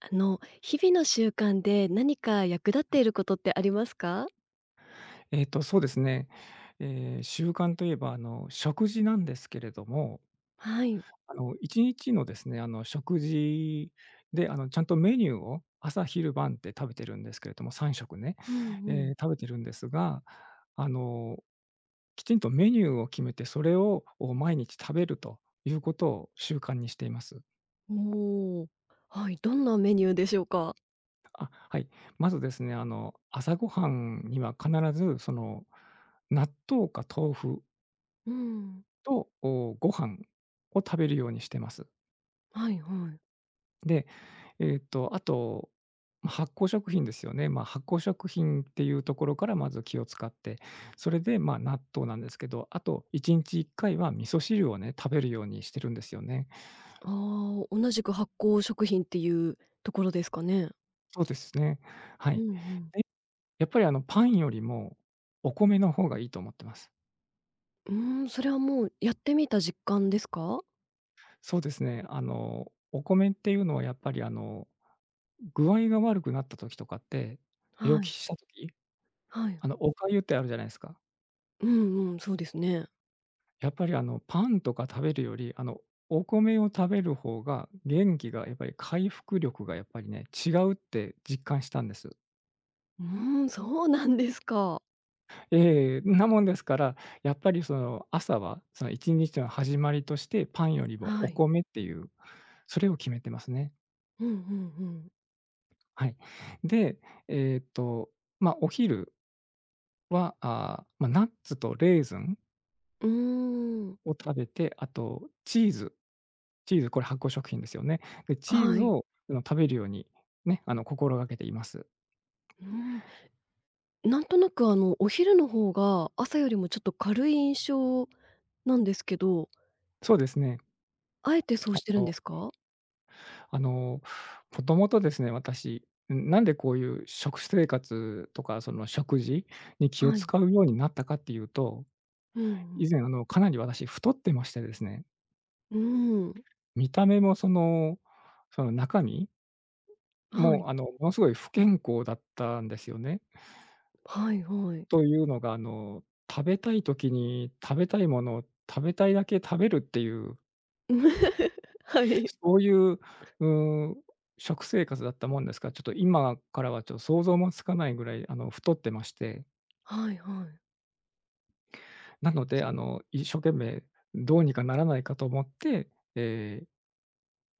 あの、日々の習慣で何か役立っていることってありますか？そうですね。習慣といえば、食事なんですけれども、はい。1日のですね、食事で、ちゃんとメニューを朝昼晩って食べてるんですけれども、3食ね、うんうん。食べてるんですが、あの、きちんとメニューを決めて、それを毎日食べるということを習慣にしています。おお。はい、どんなメニューでしょうか？あ、はい。まずですね、朝ごはんには必ず、納豆か豆腐うん。と、ご飯を食べるようにしてます。はいはい。で、あと、ま、発酵食品ですよね。まあ、発酵食品っていうところからまず気を使って、それで、ま、納豆なんですけど、あと1日1回は味噌汁をね、食べるようにしてるんですよね。ああ、同じく発酵食品っていうところですかね？そうですね。はうい。んうん。で、やっぱりパンよりもお米の方がいいと思ってます。うーん、それはもうやってみた実感ですか？そうですね、お米っていうのはやっぱり具合が悪くなった時とかって、病は気い。した時はい。お粥ってあるじゃないですか。うんうん、そうですね。やっぱりパンとか食べるより、お米を食べる方が元気がやっぱり回復力がやっぱりね、違うって実感したんです。うーん、そうなんですか。ええ、なもんですから、やっぱりその、朝はその1日の始まりとして、パンよりもはおい。米っていう、それを決めてますね。うんうんうん。はい。で、えっと、まあ、お昼は、ああ、まあ、ナッツとレーズンうーん。を食べて、あとチーズ、これ発酵食品ですよね。で、チーはズい。を食べるようにね、心がけています。うん。なんとなく、お昼の方が朝よりもちょっと軽い印象なんですけど、そうですね。あえてそうあしてるんでのすか？あの、もともとですね、私、ん、なんでこういう食生活とか、その食事に気をはい。使うようになったかっていうと、うんうん。以前かなり私太ってましてですね、うーん。見た目もその、その中身はい。も、ものすごい不健康だったんですよね。はいはい。というのが、食べたい時に食べたいものを食べたいだけ食べるっていう はい。そういう、うー食生活だったもんですから、ちょっと今からはちょっと想像もつかないぐらい、太ってまして、はいはい。なので、一生懸命どうにかならないかと思って、えー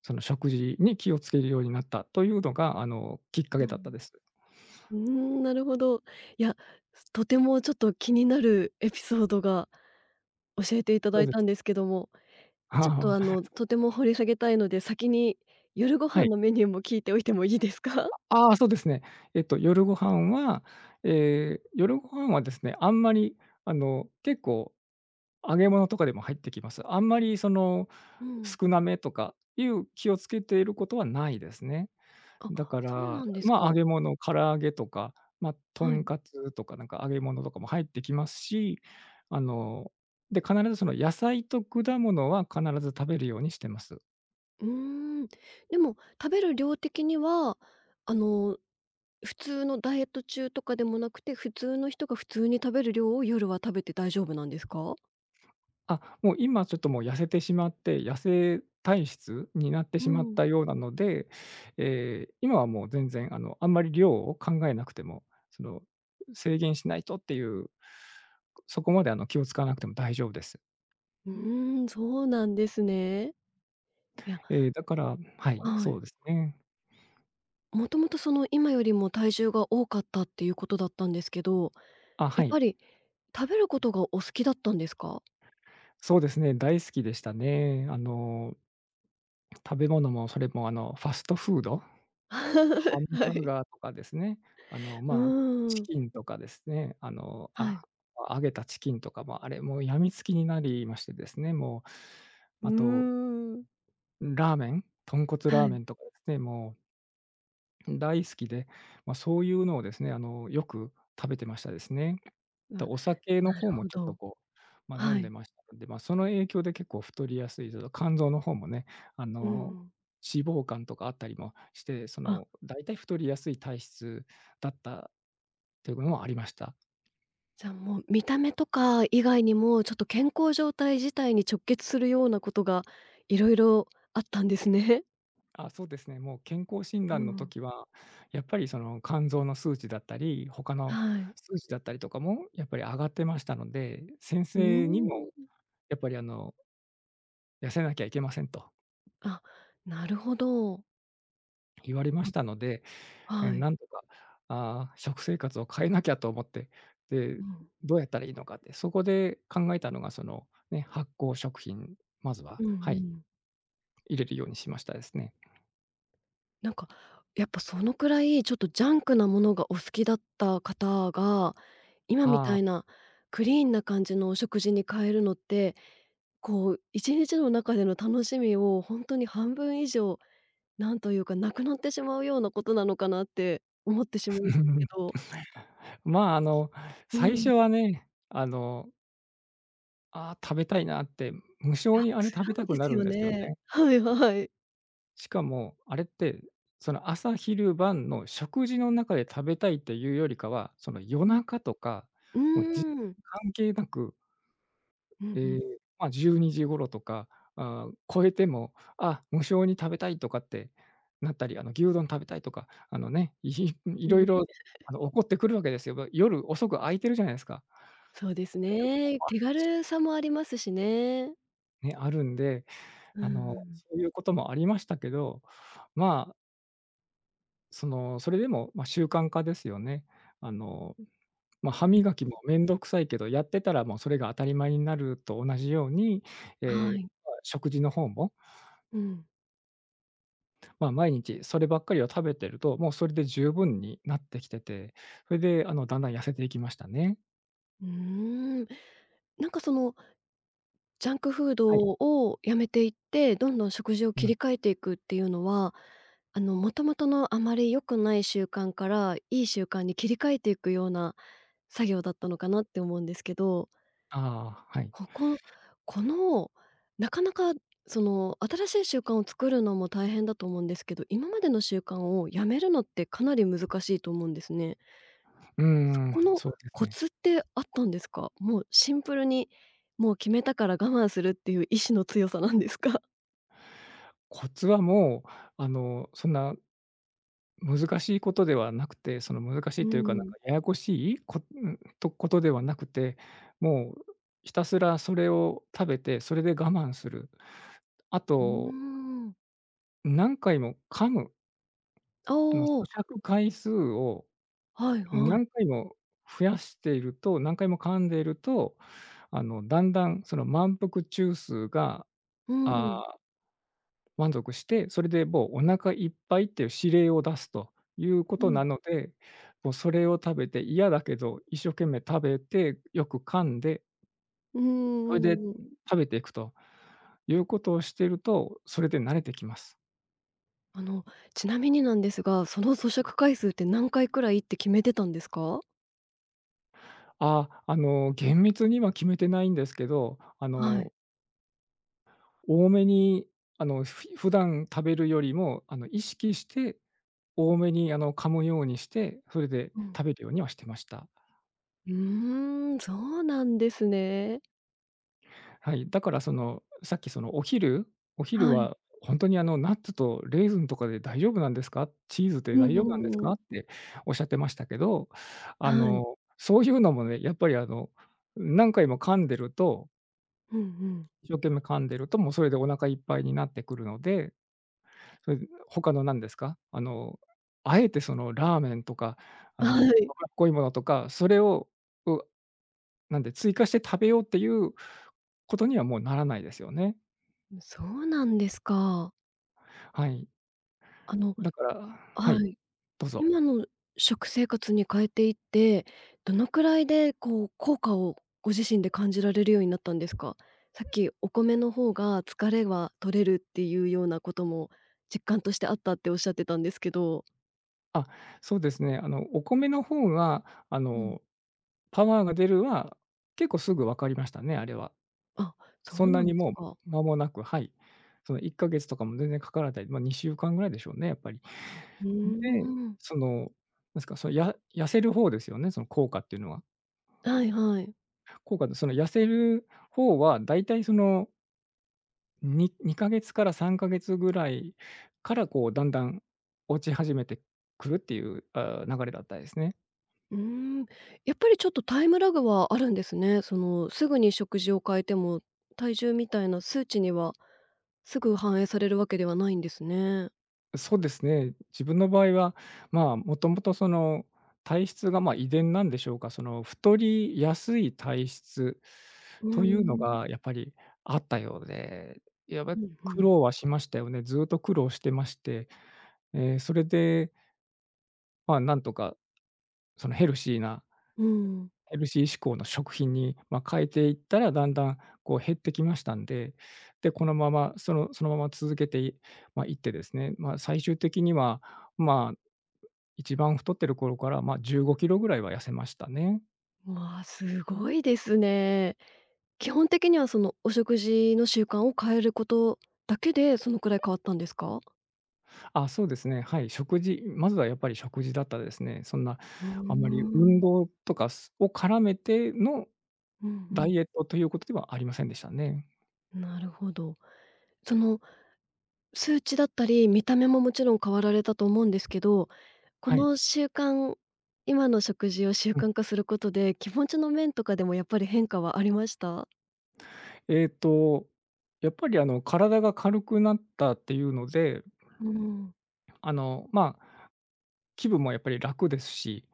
その食事に気をつけるようになったというのが、きっかうけだったん。です。うーん、なるほど。いや、とてもちょっと気になるエピソードが教えていただそういでたすんでね。すけども、ちょっと、ああ、とても掘り下げたいので、先に夜ごは飯い。のメニューも聞いておいてもいいですか？ああ、そうですね。夜ご飯は、えー夜ご飯はですね、あんまり、結構揚げ物とかでも入ってきます。あんまりそのうん。少なめとかいう気をつけていることはないですね。あ、だかそうなら、んですまあ、揚か。げ物、唐揚げとか、まあ、とはい。んかつとかなんか揚げ物とかも入ってきますし、あの、で、必ずその野菜と果物は必ず食べるようにしてます。うーん。でも、食べる量的には、あの、普通のダイエット中とかでもなくて、普通の人が普通に食べる量を夜は食べて大丈夫なんですか？あ、もう今ちょっともう痩せてしまって、痩せ体質になってうしまっん。たようなので、今はもう全然あんまり量を考えなくても、その、制限しないとっていう、そこまで気を使わなくても大丈夫です。うーん、そうなんですね。いや、だからはい、はそい。うですね。もともとその今よりも体重が多かったっていうことだったんですけど、あ、やはっい。ぱり食べることがお好きだったんですか？そうですね、大好きでしたね。食べ物もそれもファストフード ハンはバーい。ガーとかですね、うまあ、ーチん。キンとかですね、はい。揚げたチキンとかも、あれ、もうやみつきになりましてですね、もう、うーあと、ん。ラーメン、豚骨はラーい。メンとかですね、もう大好きで、まあ、そういうのをですね、よく食べてましたですね。と、あ、お酒のな方るもほちょっとど。こう、まあ、飲はんでい。ましたので、まあ、その影響で結構太りやすい、その肝臓の方もね、あうんうの、ん。脂肪肝とかあったりもして、そあ、の、大体太りやすい体質だったというのもありました。じゃあもう見た目とか以外にも、ちょっと健康状態自体に直結するようなことがいろいろあったんですね。あ、そうですね、もう健康診う断のん。時は、やっぱりその肝臓の数値だったり、他のはい。数値だったりとかもやっぱり上がってましたので、先う生にもーん。やっぱり痩せなきゃいけませんとあ、なるほど。言われまあ、したので、はい。なんとか、食生活を変えなきゃと思って、うで、ん。どうやったらいいのかって、そこで考えたのが、その、ね、発酵食品、まずうは、んはうい、ん。入れるようにしましたですね。なんか、やっぱそのくらいちょっとジャンクなものがお好きだった方が、今みあたいあ、なクリーンな感じのお食事に変えるのって、こう一日の中での楽しみをほんとに半分以上なんというか、なくなってしまうようなことなのかなって思ってしまうんですけど、まあ、う最ん、初いはね、ああ、食べたいなって、無や、性にあれ食べ辛いたでくなするんよですよね。ね。はいはい。しかも、あれって、その朝昼晩の食事の中で食べたいっていうよりかは、その夜うん。中とか、もううーん。関係なく、うんうえん。え、まあ、12時頃とか、超えても、無性に食べたいとかってなったり、牛丼食べたいとか、あのね、うん。色々、起こってくるわけですよ。夜遅く空いてるじゃないですか。そうです空いてるとね。こ手軽さもありますしね。ね、あるんで、うん。そういうこともありましたけど、まあその、それでも、まあ、習慣化ですよね。あの、まあ、歯磨きもめんどくさいけど、やってたらもうそれが当たり前になると同じように、はい。ま、食事の方も、うん。まあ、毎日そればっかりを食べてると、もうそれで十分になってきてて、それで、だんだん痩せていきましたね。うーん。なんかその、ジャンクフーはドい。をやめていって、どんどん食事をう切ん。り替えていくっていうのは、もともとのあまり良くない習慣から、いい習慣に切り替えていくような作業だったのかなって思うんですけど、ああ、はい。こここのなかなかその、新しい習慣を作るのも大変だと思うんですけど、今までの習慣をやめるのってかなり難しいと思うんですね。うーそん、このそうですコね。ツってあったんですか？もうシンプルに、もう決めたから我慢するっていう意志の強さなんですか？コツはもう、そんな難しいことではなくて、その難しういというか、なんーん。かややこしいことではなくて、もうひたすらそれを食べて、それで我慢する。あうーと、ん。何回も噛む、あ咀あ、嚼回数をはいはい。何回も増やしていると、何回も噛んでいると、だんだんその満腹中枢が、うん。あ満足して、それでもうお腹いっぱいっていう指令を出すというこうとん。なので、もうそれを食べて、嫌だけど一生懸命食べて、よく噛んで、うんそうれでんうん食べていくということをしてると、それで慣れてきます。あの、ちなみになんですが、その咀嚼回数って何回くらいって決めてたんですか？あ、厳密には決めてないんですけど、はい。多めに、普段食べるよりも、意識して多めに、噛むようにして、それでうん。食べるようにはしてました。うーん、そうなんですね。はい、だからその、さっきそのお昼はい。は本当にナッツとレーズンとかで大丈夫なんですか？チーズっうてんう大丈夫なんですんうか？ん。っておっしゃってましたけど、はい。そういうのもね、やっぱり何回も噛んでるとうんうん。一生懸命噛んでると、もうそれでお腹いっぱいになってくるので、それで他の何ですか、あえてそのラーメンとか、はい。脂っこいものとか、それを、うなんで、追加して食べようっていうことにはもうならないですよね。そうなんですか。はい。あのだからははい、い。どうぞ。今の食生活に変えていって、どのくらいでこう効果をご自身で感じられるようになったんですか？さっきお米の方が疲れは取れるっていうようなことも実感としてあったっておっしゃってたんですけど、あ、そうですね、お米の方が、うん。パワーが出るは、結構すぐ分かりましたね、あれは。あ、そそうんななんにですもか。う間もなくはい。その1か月とかも全然かからない、まあ、2週間ぐらいでしょうね、やっぱり。うーで、ん。その、なんですか、その、痩せる方ですよね、その効果っていうのは。はいはい。効果でその痩せる方は、だいたいそのに2ヶ月から3ヶ月ぐらいから、こう、だんだん落ち始めてくるっていう、流れだったですね。うーん。やっぱりちょっとタイムラグはあるんですね。そのすぐに食事を変えても、体重みたいな数値にはすぐ反映されるわけではないんですね。そうですね。自分の場合は、まあ、もともと体質が、遺伝なんでしょうか、太りやすい体質うーというのん。がやっぱりあったようで、やばうんう苦ん。労はしましたよね。ずっと苦労してまして、それで、まあ、なんとかそのヘルシーな、うん。ヘルシー志向の食品に、まあ、変えていったら、だんだんこう減ってきましたんで、で、このまま、そのまま続けていまあ、いってですね、まあ、最終的には、まあ、一番太ってる頃から、まあ、15キロぐらいは痩せましたね。わあ、すごいですね。基本的には、その、お食事の習慣を変えることだけで、そのくらい変わったんですか？あ、そうですね、はい、食事、まずはやっぱり食事だったですね。そんな、うあんまりー運ん。動とか絡めてのうんうダん。イエットということではありませんでしたね。なるほど。その、数値だったり、見た目ももちろん変わられたと思うんですけど、こはい。の習慣今の食事を習うん。慣化することで、気持ちの面とかでもやっぱり変化はありました？えっと、やっぱりあの、体が軽くなったっていうので、うん。あの、まあ、気分もやっぱり楽ですし、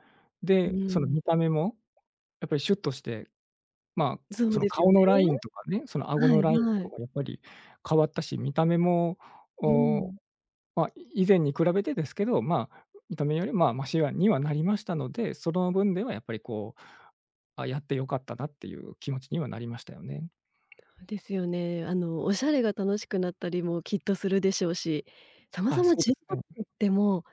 うで、そのん。見た目もやっぱりシュッとして、まそあ、うそのですよ顔ね。のラインとかね、その顎はのいラインはとかい。もやっぱり変わったし、見た目も、うお、ん。まあ、以前に比べてですけど、まあ、見た目より、まあ、マシにはなりましたので、その分ではやっぱりこう、あ、やって良かったなっていう気持ちにはなりましたよね。ですよね。あの、おしゃれが楽しくなったりもきっとするでしょうし、そもあ、そもそうで10すパッね。クっ てもう、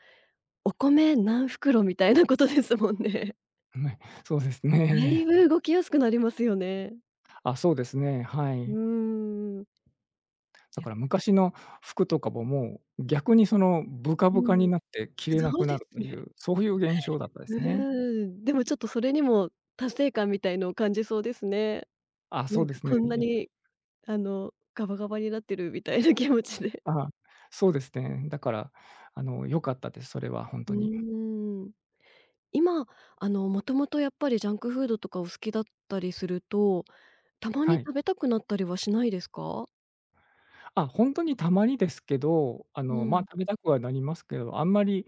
お米何袋みたいなことですもんね。はい、そうですだいね。ぶ動きやすくなりますよね。あ、そうですね、はうい。ーん。いだや、から昔の服とかも、もう逆にそのブカうブカにん、なって着れなそくうでなるすとね。いう、そういう現象だったでうすね。ーん、でもちょっとそれにも達成感みたいのを感じそうですね。あ、なそんうでかすこね、んなやっぱに、り。あの、ガバガバになってるみたいな気持ちで。あ、そうですね。だから、あの、良かったです、それは本 う当に。ーん。今、あの、もともとやっぱりジャンクフードとかお好きだったりするとたまにはい。食べたくなったりはしないですか？あ、本当にたまにですけど、あうの、まあ、ん。食べたくはなりますけど、あんまり、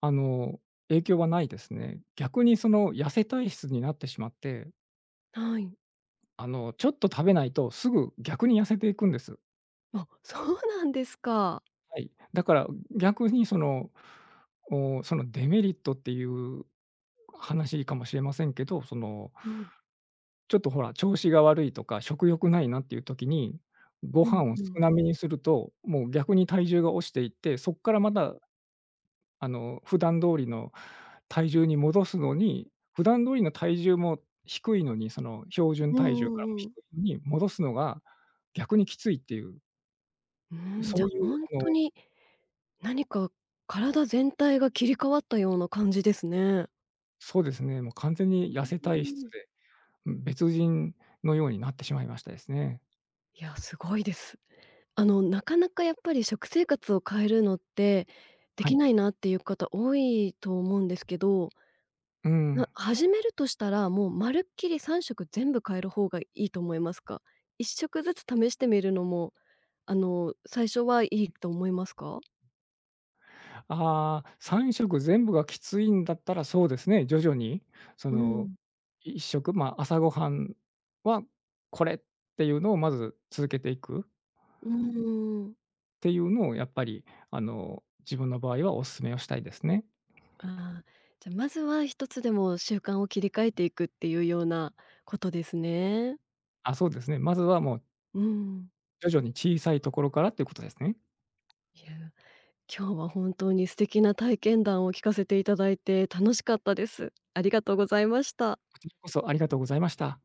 あの、影響はないですね。逆にその痩せ体質になってしまって、はい。あの、ちょっと食べないとすぐ逆に痩せていくんです。あ、そうなんですか。はい。だから逆にその、そのデメリットっていう話かもしれませんけど、その、うん。ちょっとほら、調子が悪いとか、食欲ないなっていう時に、ごうん飯をう少ん。なめにすると、もう逆に体重が落ちていって、そっからまた、あの、普段通りの体重に戻すのに、普段通りの体重も低いのに、その標準う体重んかうらもんう低ん。いのに戻すのが逆にきついっていう、うーん、じそゃ、ういほうんあとの、に何か体全体が切り替わったような感じですね。そうですね、もう完全にう痩せ体質ーん。で別人のようになってしまいましたですね。いや、すごいです。あの、なかなかやっぱり食生活を変えるのって、ではきい。ないなっていう方多いと思うんですけど、うん。始めるとしたら、もうまるっきり3食全部変える方がいいと思いますか？1食ずつ試してみるのも最初はいいと思いますか？ああ、3食全部がきついんだったら、そうですね、徐々にそうの、ん。1食、まあ、朝ごはんはこれっていうのをまず続けていくっうーん。ていうのをやっぱり、あの、自分の場合はお勧めをしたいですね。ああ、じゃ、まずは一つでも習慣を切り替えていくっていうようなことですね。あ、そうですね。まずはもううん。徐々に小さいところからっていうことですね。いや、今日は本当に素敵な体験談を聞かせていただいて楽しかったです。ありがとうございました。こちらこそありがとうございました。